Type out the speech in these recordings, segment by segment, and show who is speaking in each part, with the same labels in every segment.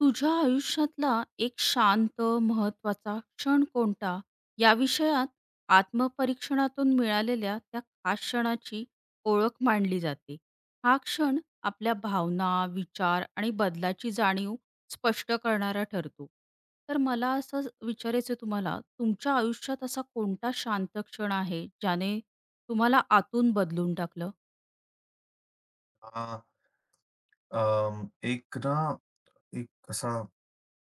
Speaker 1: तुझ्या आयुष्यातला एक शांत महत्वाचा क्षण कोणता? या विषयात आत्मपरीक्षणातून मिळालेल्या त्या खास क्षणाची ओळख मानली जाते. हा क्षण आपल्या भावना, विचार आणि बदलाची जाणीव स्पष्ट करणारा ठरतो. तर मला असं विचारायचं आहे तुम्हाला, तुमच्या आयुष्यात असा कोणता शांत क्षण आहे, ज्याने तुम्हाला आतून बदलून टाकलं?
Speaker 2: हां, अं, एक ना एक असा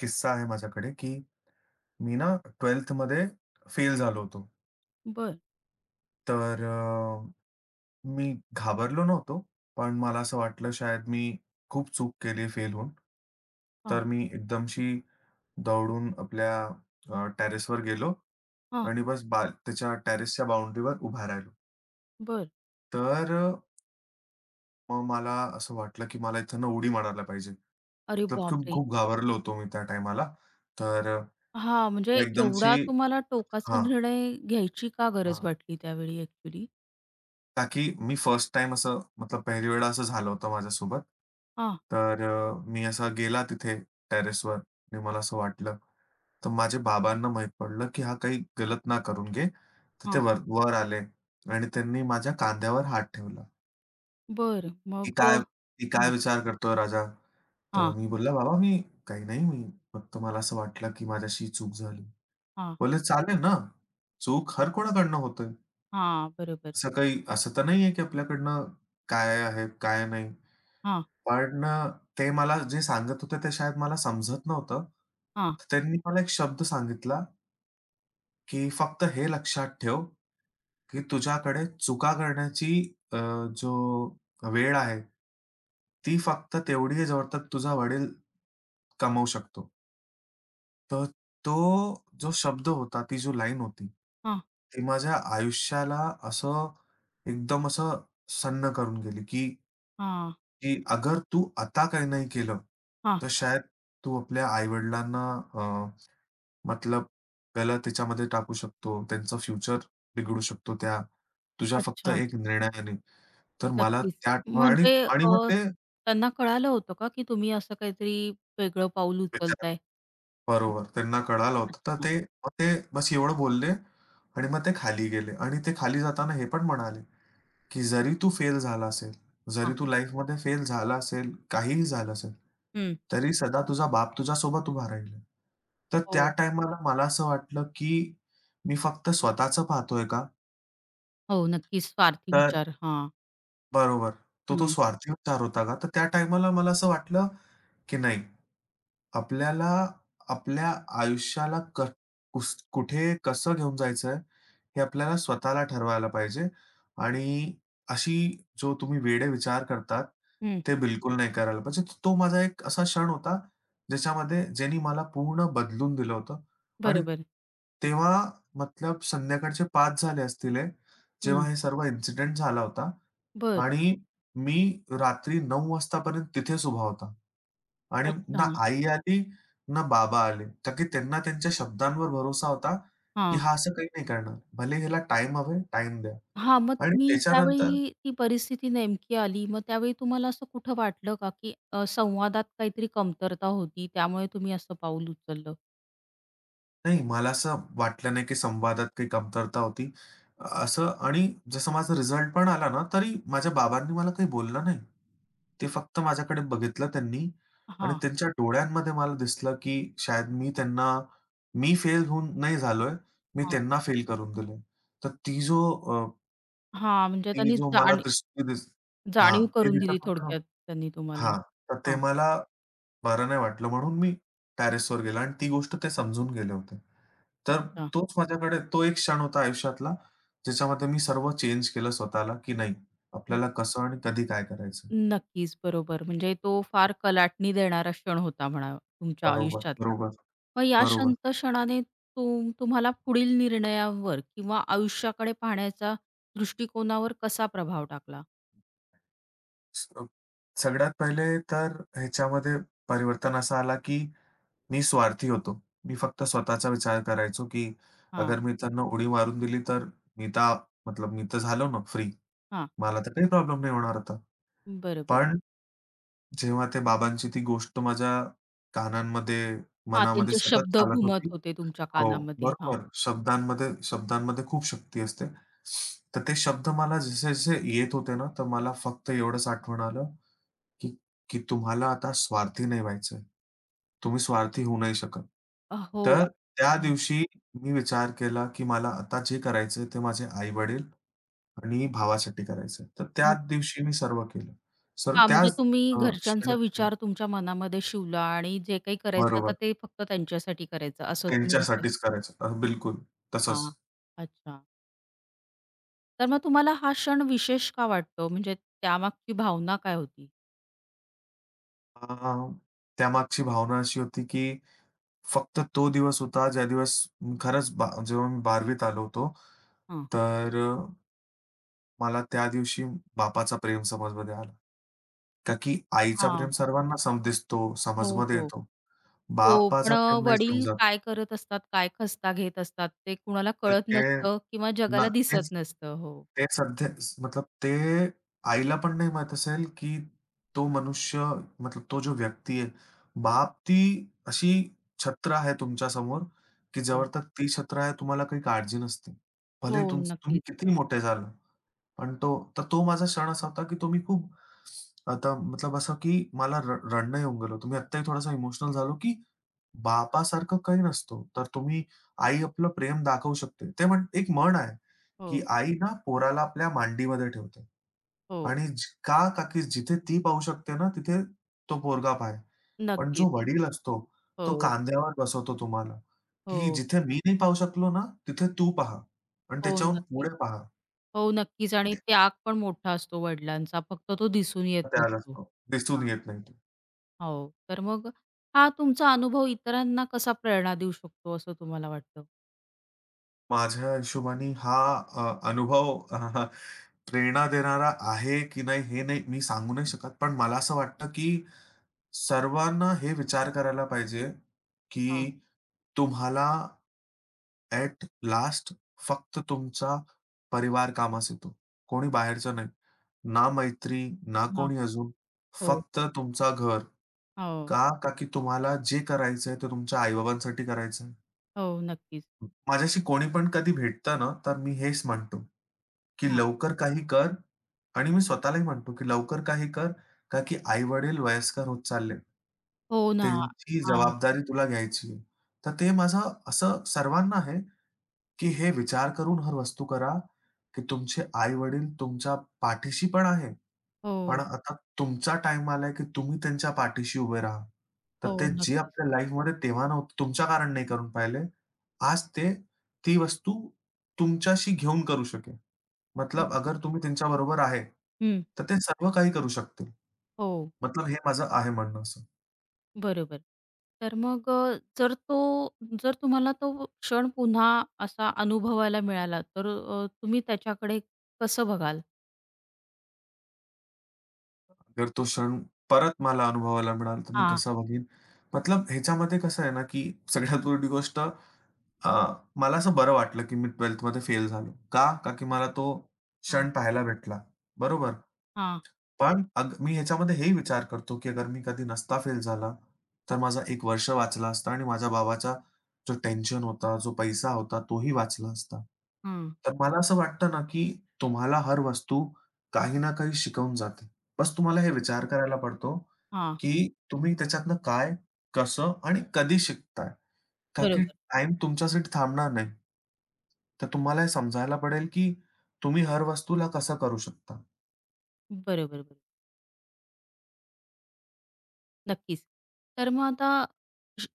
Speaker 2: किस्सा आहे माझ्याकडे, की मी 12th मध्ये फेल झालो होतो.
Speaker 1: बरं.
Speaker 2: तर मी घाबरलो नव्हतो, पण मला असं वाटलं शायद मी खूप चूक केली आहे फेल होऊन.
Speaker 1: हां,
Speaker 2: तर मी एकदमशी दौडून आपल्या टेरेसवर गेलो
Speaker 1: हां.
Speaker 2: आणि बस त्याच्या टेरेसच्या बाउंडरीवर उभा राहिलो.
Speaker 1: बरं.
Speaker 2: तर मग मला असं वाटलं, की मला इथनं उडी मारायला पाहिजे.
Speaker 1: अरे
Speaker 2: मतलब खूप
Speaker 1: बापरे!
Speaker 2: खूप घाबरलो होतो मी त्या टाईमाला. तर
Speaker 1: हां, म्हणजे
Speaker 2: एकदमशी
Speaker 1: एवढा तुम्हाला टोकाचा
Speaker 2: हां,
Speaker 1: निर्णय घ्यायची का गरज
Speaker 2: हां.
Speaker 1: वाटली त्यावेळी ॲक्चुअली?
Speaker 2: का मी फर्स्ट टाईम असं मतलब पहिली वेळा असं झालं होतं माझ्यासोबत.
Speaker 1: हां,
Speaker 2: तर मी असा गेला तिथे टेरेसवर आणि मला असं वाटलं. तर माझ्या बाबांना माहीत पडलं, की हा काही गलत ना करून घे. तर ते
Speaker 1: हां.
Speaker 2: वर वर आले आणि त्यांनी माझ्या कांद्यावर हात ठेवला,
Speaker 1: बरं.
Speaker 2: की
Speaker 1: मग
Speaker 2: " काय
Speaker 1: हां,
Speaker 2: विचार करतोय राजा?" तर
Speaker 1: हां,
Speaker 2: मी बोलला, "बाबा मी काही नाही मी फक्त मला असं वाटलं, की माझ्याशी चूक झाली."
Speaker 1: हां,
Speaker 2: बोलले, "चालेल ना, चूक हर कोणाकडनं होते.
Speaker 1: हां. बरोबर.
Speaker 2: असं काही तर नाहीये, की आपल्याकडनं काय आहे, काय नाही."
Speaker 1: हां,
Speaker 2: पण ते मला जे सांगत होते ते शायद मला समजत नव्हतं.
Speaker 1: हां,
Speaker 2: तर त्यांनी मला एक शब्द सांगितला, की "फक्त हे लक्षात ठेव, की तुझ्याकडे चुका करण्याची अ, जो वेळ आहे, ती फक्त तेवढी आहे जोवर तक तुझा वडील कमवू शकतो." तर तो जो शब्द होता, ती जो लाईन होती,
Speaker 1: हां,
Speaker 2: ती माझ्या आयुष्याला असं एकदम असं सन्न करून गेली, की
Speaker 1: हां,
Speaker 2: की अगर तू आता काही नाही केलं,
Speaker 1: हां.
Speaker 2: तर शायद तू आपल्या आई-वडिलांना अ, मतलब त्याला त्याच्यामध्ये टाकू शकतो. त्यांचं फ्युचर बिघडू शकतो त्या तुझ्या फक्त
Speaker 1: अच्छा.
Speaker 2: एक निर्णयाने. तर मला
Speaker 1: नक्कीच.
Speaker 2: त्या आणि
Speaker 1: म्हणजे
Speaker 2: आणि मग ते
Speaker 1: त्यांना कळालं होतं का, की तुम्ही असं काहीतरी वेगळं पाऊल
Speaker 2: विचार
Speaker 1: उचलताय? हं.
Speaker 2: बरोबर. त्यांना कळालं होतं. तर
Speaker 1: अच्छा.
Speaker 2: ते बस एवढं बोलले आणि मग ते खाली गेले आणि ते खाली जाताना हे पण म्हणाले, की "जरी तू फेल झाला असेल, जरी
Speaker 1: हां.
Speaker 2: तू लाईफमध्ये फेल झाला असेल, काहीही झालं असेल,
Speaker 1: हं.
Speaker 2: तरी सदा तुझा बाप तुझ्यासोबत उभा राहील." तर
Speaker 1: हो,
Speaker 2: त्या टाईमाला मला असं वाटलं, की मी फक्त स्वतःचं पाहतोय का?
Speaker 1: हो. नक्कीच स्वार्थी
Speaker 2: तर
Speaker 1: विचार. हां,
Speaker 2: बरोबर. तो तो
Speaker 1: हां.
Speaker 2: स्वार्थी विचार होता का? तर त्या टाईमाला मला असं वाटलं, की नाही आपल्याला आपल्या आयुष्याला क कुस कुठे कसं घेऊन जायचंय, हे आपल्याला स्वतःला ठरवायला पाहिजे आणि अशी जो तुम्ही वेडे विचार करतात,
Speaker 1: हं.
Speaker 2: ते बिलकुल नाही करायला पाहिजे. तर तो माझा एक असा क्षण होता, ज्याच्यामध्ये ज्यांनी मला पूर्ण बदलून दिलं होतं आणि
Speaker 1: बरोबर.
Speaker 2: तेव्हा मतलब संध्याकाळचे 5 झाले असतील हे, जेव्हा
Speaker 1: हं.
Speaker 2: हे सर्व इन्सिडेंट झाला होता.
Speaker 1: बरं.
Speaker 2: आणि मी रात्री 9 वाजतापर्यंत तिथेच उभा होता. आणि ना
Speaker 1: अच्छा.
Speaker 2: आई आली, ना बाबा आले. कारण की त्यांना त्यांच्या शब्दांवर भरोसा होता, की हा असं काही नाही करणार. भले ह्याला टाईम हवंय, टाईम द्या.
Speaker 1: हां, मग
Speaker 2: आणि
Speaker 1: तुम्ही
Speaker 2: त्याच्यानंतर
Speaker 1: त्यावेळी ती परिस्थिती नेमकी आली. मग त्यावेळी तुम्हाला असं कुठं वाटलं का, की संवादात काहीतरी कमतरता होती त्यामुळे तुम्ही असं पाऊल उचललं?
Speaker 2: नाही, मला असं वाटलं नाही, की संवादात काही कमतरता होती. असं आणि जसं माझा रिझल्ट पण आला ना, तरी माझ्या बाबांनी मला काही बोललं नाही. ते फक्त माझ्याकडे बघितलं त्यांनी आणि
Speaker 1: हां,
Speaker 2: त्यांच्या डोळ्यांमध्ये मला दिसलं, की शायद मी फेल होऊन नाही झालोय, मी
Speaker 1: हां.
Speaker 2: त्यांना फेल करून दिलंय. तर ती जो अ,
Speaker 1: हां, म्हणजे
Speaker 2: ती
Speaker 1: त्यांनी
Speaker 2: जो मला
Speaker 1: जाणी
Speaker 2: दृष्टी दिस हां,
Speaker 1: जाणीव
Speaker 2: ते
Speaker 1: करून
Speaker 2: दिसत
Speaker 1: दिली
Speaker 2: होतं ना
Speaker 1: थोडक्यात त्यांनी तुम्हाला.
Speaker 2: हां, तर ते
Speaker 1: हां,
Speaker 2: मला बरं नाही वाटलं म्हणून मी टेरेसवर गेलो आणि ती गोष्ट ते समजून गेले होते. तर
Speaker 1: अच्छा.
Speaker 2: तोच माझ्याकडे तो एक क्षण होता आयुष्यातला, ज्याच्यामध्ये मी सर्व चेंज केलं स्वतःला, की नाही आपल्याला कसं आणि कधी काय करायचं.
Speaker 1: नक्कीच, बरोबर. म्हणजे तो फार कलाटणी देणारा क्षण होता म्हणा तुमच्या
Speaker 2: बरोबर,
Speaker 1: आयुष्यातला.
Speaker 2: बरोबर,
Speaker 1: मग या
Speaker 2: बरोबर.
Speaker 1: शांत क्षणाने तुम्हाला पुढील निर्णयावर किंवा आयुष्याकडे पाहण्याचा दृष्टिकोनावर कसा प्रभाव टाकला?
Speaker 2: स सगळ्यात पहिले तर ह्याच्यामध्ये परिवर्तन असं आला, की मी स्वार्थी होतो. मी फक्त स्वतःचा विचार करायचो, की
Speaker 1: हां.
Speaker 2: अगर मी त्यांना उडी मारून दिली तर मी तर मतलब मी तर झालो ना फ्री.
Speaker 1: हां,
Speaker 2: मला तर काही प्रॉब्लेम नाही होणार होता.
Speaker 1: बरोबर.
Speaker 2: पण जेव्हा ते बाबांची ती गोष्ट माझ्या कानांमध्ये,
Speaker 1: हां,
Speaker 2: मनामध्ये
Speaker 1: त्यांचे
Speaker 2: सतत
Speaker 1: शब्द
Speaker 2: चालत होती
Speaker 1: घुमत होते तुमच्या
Speaker 2: हो,
Speaker 1: कानामध्ये. हां.
Speaker 2: बरोबर. शब्दांमध्ये शब्दांमध्ये खूप शक्ती असते. तर ते शब्द मला जसे-जसे येत होते ना, तर मला फक्त एवढंच आठवण आलं, की की तुम्हाला आता स्वार्थी नाही व्हायचंय. तुम्ही स्वार्थी होऊ नाही शकत.
Speaker 1: हो.
Speaker 2: तर त्या
Speaker 1: हां,
Speaker 2: दिवशी मी विचार केला, की मला आता जे करायचंय ते माझे आई-वडील आणि भावासाठी करायचंय. तर त्याच
Speaker 1: नक्कीच.
Speaker 2: दिवशी मी सर्व केलं. सर
Speaker 1: हां, म्हणजे
Speaker 2: त्याच
Speaker 1: तुम्ही
Speaker 2: क्षणी
Speaker 1: घरच्यांचा विचार तुमच्या मनामध्ये शिवला आणि जे काही करायचं आता
Speaker 2: बरोबर.
Speaker 1: ते फक्त त्यांच्यासाठी करायचं असं तुम्ही डिसाईड
Speaker 2: त्यांच्यासाठीच करायचं. बिलकुल तसंच.
Speaker 1: हां, अच्छा. तर मग तुम्हाला हा क्षण विशेष का वाटतो? म्हणजे त्यामागची भावना काय होती?
Speaker 2: हां, त्यामागची भावना अशी होती, की फक्त तो दिवस होता, ज्या दिवस खरंच बा जेव्हा मी 12वी आलो होतो,
Speaker 1: हां.
Speaker 2: तर मला त्या दिवशी बापाचा प्रेम समजमध्ये आला. का की आईचा प्रेम
Speaker 1: हां.
Speaker 2: सर्वांना सम दिसतो,
Speaker 1: हो,
Speaker 2: समजमध्ये
Speaker 1: हो.
Speaker 2: येतो.
Speaker 1: हो, पण
Speaker 2: बापाचा प्रेम नाही
Speaker 1: वडील
Speaker 2: समजत.
Speaker 1: काय करत असतात, काय खस्ता घेत असतात ते कुणाला
Speaker 2: तर
Speaker 1: कळत
Speaker 2: ते
Speaker 1: नसतं किंवा
Speaker 2: ना
Speaker 1: जगाला
Speaker 2: तेच
Speaker 1: दिसत नसतं. हो,
Speaker 2: ते सध्या मतलब ते आईला पण नाही माहीत असेल, की तो मनुष्य मतलब तो जो व्यक्ती आहे, बाप ती अशी छत्र आहे तुमच्या समोर की
Speaker 1: हो.
Speaker 2: जवळ तक ती छत्र आहे तुम्हाला काही काळजी नसते.
Speaker 1: हो,
Speaker 2: भले तुम्ही
Speaker 1: नक्कीच.
Speaker 2: कितीही मोठे झाला. पण तो तर तो माझा क्षण असा होता, की तो मी खूप आता मतलब असं, की मला रडणं येऊन गेलं होतं. मी आत्ताही थोडासा इमोशनल झालो, की बापासारखं काही नसतो. तर तुम्ही आई आपलं प्रेम दाखवू शकते. ते एक म्हण आहे, की
Speaker 1: हो,
Speaker 2: आई ना पोराला आपल्या मांडीमध्ये ठेवते
Speaker 1: हो.
Speaker 2: आणि का? का की जिथे ती पाहू शकते ना, तिथे तो पोरगा पाहे. पण जो
Speaker 1: नक्कीच.
Speaker 2: वडील असतो, तो
Speaker 1: हो,
Speaker 2: खांद्यावर बसवतो तुम्हाला, की
Speaker 1: हो,
Speaker 2: जिथे मी नाही पाहू शकलो ना, तिथे तू पहा आणि
Speaker 1: हो,
Speaker 2: त्याच्याहून
Speaker 1: नक्कीच.
Speaker 2: पुढे पहा.
Speaker 1: हो, नक्कीच आणि त्याग पण मोठा असतो वडिलांचा, फक्त तो दिसून येत
Speaker 2: त्याला
Speaker 1: नसतो.
Speaker 2: असतो.
Speaker 1: हां,
Speaker 2: दिसून येत नाही तो.
Speaker 1: हो. तर मग हा तुमचा अनुभव इतरांना कसा प्रेरणा देऊ शकतो असं तुम्हाला वाटतं?
Speaker 2: माझ्या हिशोबाने हा अ, अनुभव अ, प्रेरणा देणारा आहे की नाही हे नाही मी सांगू नाही शकत. पण मला असं वाटतं की सर्वांना हे विचार करायला पाहिजे की
Speaker 1: हां,
Speaker 2: तुम्हाला ॲट लास्ट फक्त तुमचा परिवार कामास येतो. कोणी बाहेरचं नाही. ना मैत्री, ना
Speaker 1: हां.
Speaker 2: कोणी अजून.
Speaker 1: हो,
Speaker 2: फक्त तुमचा घर.
Speaker 1: हो,
Speaker 2: का? का की तुम्हाला जे करायचंय ते तुमच्या आई-बाबांसाठी करायचंय.
Speaker 1: हो, नक्कीच.
Speaker 2: माझ्याशी कोणी पण कधी भेटतं ना, तर मी हेच म्हणतो, की
Speaker 1: हां.
Speaker 2: लवकर काही कर आणि मी स्वतःलाही म्हणतो, की लवकर काही कर, का की आई-वडील वयस्कर होत चाललेत.
Speaker 1: हो ना.
Speaker 2: त्यांची
Speaker 1: हां.
Speaker 2: जबाबदारी तुला घ्यायची आहे. तर ते माझं असं सर्वांना आहे, की हे विचार करून हर वस्तू करा, की तुमचे आई-वडील तुमच्या पाठीशी पण आहे. पण
Speaker 1: हो,
Speaker 2: आता तुमचा टाईम आलाय, की तुम्ही त्यांच्या पाठीशी उभे राहा. तर
Speaker 1: हो,
Speaker 2: ते जे
Speaker 1: नक्कीच,
Speaker 2: आपल्या लाईफमध्ये तेव्हा नव्हतं तुमच्या कारण नाही करून पाहिले, आज ते ती वस्तू तुमच्याशी घेऊन करू शकेल. मतलब
Speaker 1: नक्कीच.
Speaker 2: अगर तुम्ही त्यांच्याबरोबर आहे,
Speaker 1: हं,
Speaker 2: तर ते सर्व काही करू शकतील.
Speaker 1: हो.
Speaker 2: मतलब हे माझं आहे म्हणणं असं.
Speaker 1: बरोबर. तर मग जर तो जर तुम्हाला तो क्षण पुन्हा असा अनुभवायला मिळाला, तर तुम्ही त्याच्याकडे कसं बघाल?
Speaker 2: जर तो क्षण परत मला अनुभवायला मिळाला, तर मी
Speaker 1: हां,
Speaker 2: कसा बघीन? मतलब ह्याच्यामध्ये कसं आहे ना, की सगळ्यात मोठी गोष्ट अ, मला असं बरं वाटलं, की मी 12th मध्ये फेल झालो. का? का की मला तो
Speaker 1: हां,
Speaker 2: क्षण पाहायला भेटला. बरोबर.
Speaker 1: हां.
Speaker 2: पण अग मी ह्याच्यामध्ये हेही विचार करतो, की अगर मी कधी नसता फेल झाला, तर माझा एक वर्ष वाचला असता आणि माझ्या बाबाचा जो टेन्शन होता, जो पैसा होता, तोही वाचला असता.
Speaker 1: हां.
Speaker 2: तर मला असं वाटतं ना, की तुम्हाला हर वस्तू काही ना काही शिकवून जाते. बस तुम्हाला हे
Speaker 1: बरोबर.
Speaker 2: विचार करायला पडतो,
Speaker 1: हां,
Speaker 2: की तुम्ही त्याच्यातनं काय, कसं आणि कधी शिकताय? का की
Speaker 1: बरोबर.
Speaker 2: टाईम तुमच्यासाठी थांबणार नाही. तर तुम्हाला हे समजायला पडेल, की तुम्ही हर वस्तूला कसं करू शकता.
Speaker 1: बरोबर, बरोबर. नक्कीच. तर मग आता श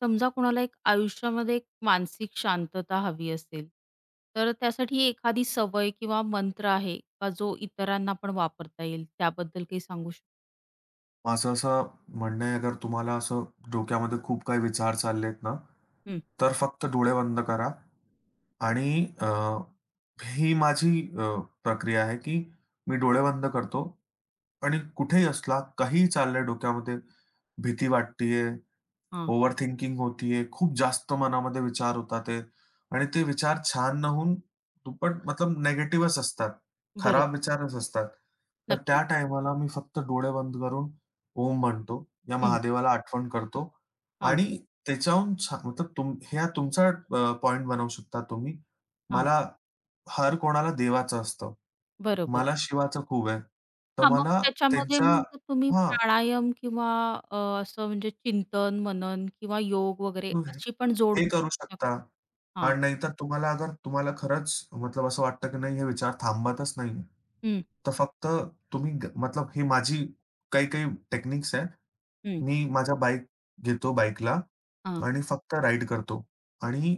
Speaker 1: समजा कोणाला एक आयुष्यामध्ये एक मानसिक शांतता हवी असेल, तर त्यासाठी एखादी सवय किंवा मंत्र आहे का जो इतरांना पण वापरता येईल? त्याबद्दल काही सांगू शक
Speaker 2: माझं असं म्हणणं आहे, अगर तुम्हाला असं डोक्यामध्ये खूप काही विचार चाललेत ना, तर फक्त डोळे बंद करा आणि ही माझी प्रक्रिया आहे, की मी डोळे बंद करतो आणि कुठेही असला, काहीही चाललंय डोक्यामध्ये, भीती वाटतीये
Speaker 1: हां.
Speaker 2: ओव्हरथिंकिंग होतीये, खूप जास्त मनामध्ये विचार होतात आहे आणि ते विचार छान न होऊन दुप्पट मतलब निगेटिव्हच असतात.
Speaker 1: बरोबर.
Speaker 2: खराब विचारच असतात. तर त्या
Speaker 1: नक्कीच.
Speaker 2: टाईमाला मी फक्त डोळे बंद करून ओम म्हणतो. या
Speaker 1: हं,
Speaker 2: महादेवाला आठवण करतो
Speaker 1: हां.
Speaker 2: आणि त्याच्याहून मतलब ह्या तुमचा पॉइंट बनवू शकता तुम्ही.
Speaker 1: हां,
Speaker 2: मला हर कोणाला देवाचं असतं.
Speaker 1: बरोबर.
Speaker 2: मला शिवाचं खूप आहे. तर
Speaker 1: हां, मग
Speaker 2: मला
Speaker 1: त्याच्यामध्ये
Speaker 2: त्यांचा
Speaker 1: मग तुम्ही
Speaker 2: हां.
Speaker 1: प्राणायाम किंवा अ, असं म्हणजे चिंतन, मनन किंवा योग वगैरे अशी पण जोड
Speaker 2: हे
Speaker 1: देऊ
Speaker 2: करू
Speaker 1: शकता
Speaker 2: शकता.
Speaker 1: का? हां.
Speaker 2: आणि नाहीतर तुम्हाला अगर तुम्हाला खरंच मतलब असं वाटतं की नाही हे विचार थांबतच नाहीये.
Speaker 1: हं,
Speaker 2: तर फक्त तुम्ही मतलब ही माझी काही-काही टेक्निक्स आहेत.
Speaker 1: हं.
Speaker 2: मी माझ्या बाईक घेतो बाईकला
Speaker 1: हां,
Speaker 2: आणि फक्त राईड करतो. आणि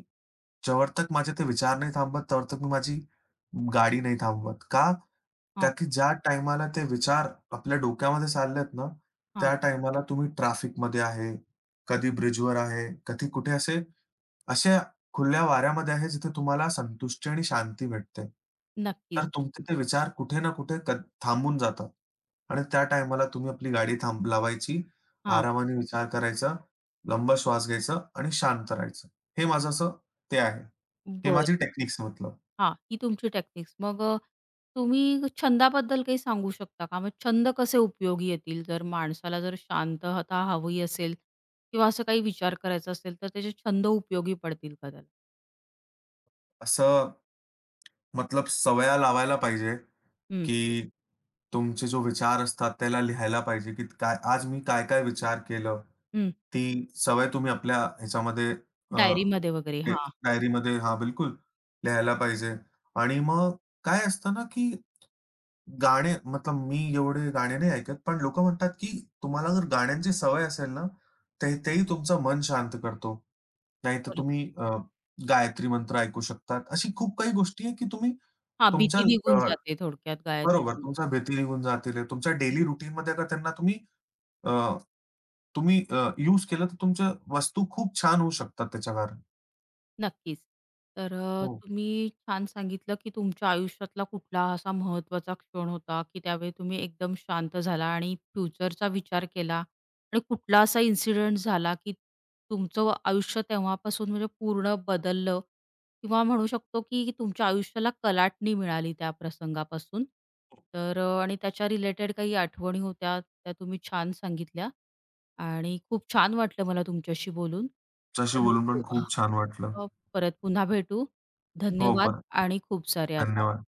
Speaker 2: जवळ तक माझे ते विचार नाही थांबत, तोवरतक मी माझी गाडी नाही थांबवत. का? का
Speaker 1: हां,
Speaker 2: की ज्या टाईमाला ते विचार आपल्या डोक्यामध्ये चाललेत ना,
Speaker 1: हां.
Speaker 2: त्या टाईमाला तुम्ही ट्रॅफिकमध्ये आहे, कधी ब्रिजवर आहे, कधी कुठे अशा खुल्या वाऱ्यामध्ये आहे, जिथे तुम्हाला संतुष्टी आणि शांती भेटते.
Speaker 1: नक्कीच.
Speaker 2: तर तुमचे ते विचार कुठे ना कुठे थांबून जातात आणि त्या टायमाला तुम्ही आपली गाडी लावायची,
Speaker 1: हां,
Speaker 2: आरामाने विचार करायचा, लंब श्वास घ्यायचा आणि शांत राहायचं. हे माझं असं ते आहे. हे
Speaker 1: बरं.
Speaker 2: माझी टेक्निक्स मतलब.
Speaker 1: हां, ही तुमची टेक्निक्स. मग तुम्ही छंदाबद्दल काही सांगू शकता का? मग छंद कसे उपयोगी येतील? जर माणसाला जर शांतता हवी असेल किंवा असं काही विचार करायचा असेल, तर त्याचे छंद उपयोगी पडतील का त्याला?
Speaker 2: असं मतलब सवया लावायला पाहिजे,
Speaker 1: हं,
Speaker 2: की तुमचे जो विचार असतात त्याला लिहायला पाहिजे, की काय आज मी काय-काय विचार केलं.
Speaker 1: हं.
Speaker 2: ती सवय तुम्ही आपल्या ह्याच्यामध्ये अ
Speaker 1: डायरीमध्ये वगैरे.
Speaker 2: तेच,
Speaker 1: हां,
Speaker 2: डायरीमध्ये हां, बिलकुल लिहायला पाहिजे. आणि मग काय असतं ना, की गाणे मतलब मी एवढे गाणे नाही ऐकत, पण लोकं म्हणतात, की तुम्हाला जर गाण्यांची सवय असेल ना, ते तेही तुमचं मन शांत करतो. नाहीतर
Speaker 1: बरोबर.
Speaker 2: तुम्ही गायत्री मंत्र ऐकू शकतात. अशी खूप काही गोष्टी आहे, की तुम्ही
Speaker 1: हां,
Speaker 2: तुमच्या
Speaker 1: भीती निघून जाते थोडक्यात
Speaker 2: बरोबर
Speaker 1: गायत्री
Speaker 2: तुमच्या भीती निघून जातील. तुमच्या डेली रूटीनमध्ये जर त्यांना अ, तुम्ही केलं, तर तुमच्या वस्तू खूप छान होऊ शकतात त्याच्यावर.
Speaker 1: नक्कीच. तर
Speaker 2: हो.
Speaker 1: तुम्ही छान सांगितलं, की तुमच्या आयुष्यातला कुठला असा महत्त्वाचा क्षण होता, की त्यावेळी तुम्ही एकदम शांत झाला आणि फ्युचरचा विचार केला आणि कुठला असा इन्सिडेंट झाला, की तुमचं आयुष्य तेव्हापासून म्हणजे पूर्ण बदललं किंवा म्हणू शकतो, की तुमच्या आयुष्याला कलाटणी मिळाली त्या प्रसंगापासून. तर आणि त्याच्या रिलेटेड काही आठवणी होत्या, त्या तुम्ही छान सांगितल्या आणि खूप छान वाटलं मला तुमच्याशी बोलून.
Speaker 2: तुमच्याशी
Speaker 1: तर
Speaker 2: बोलून पण
Speaker 1: हो,
Speaker 2: खूप छान वाटलं.
Speaker 1: परत पुन्हा भेटू.
Speaker 2: हो,
Speaker 1: धन्यवाद
Speaker 2: परत
Speaker 1: आणि खूप सारे आभार.
Speaker 2: धन्यवाद.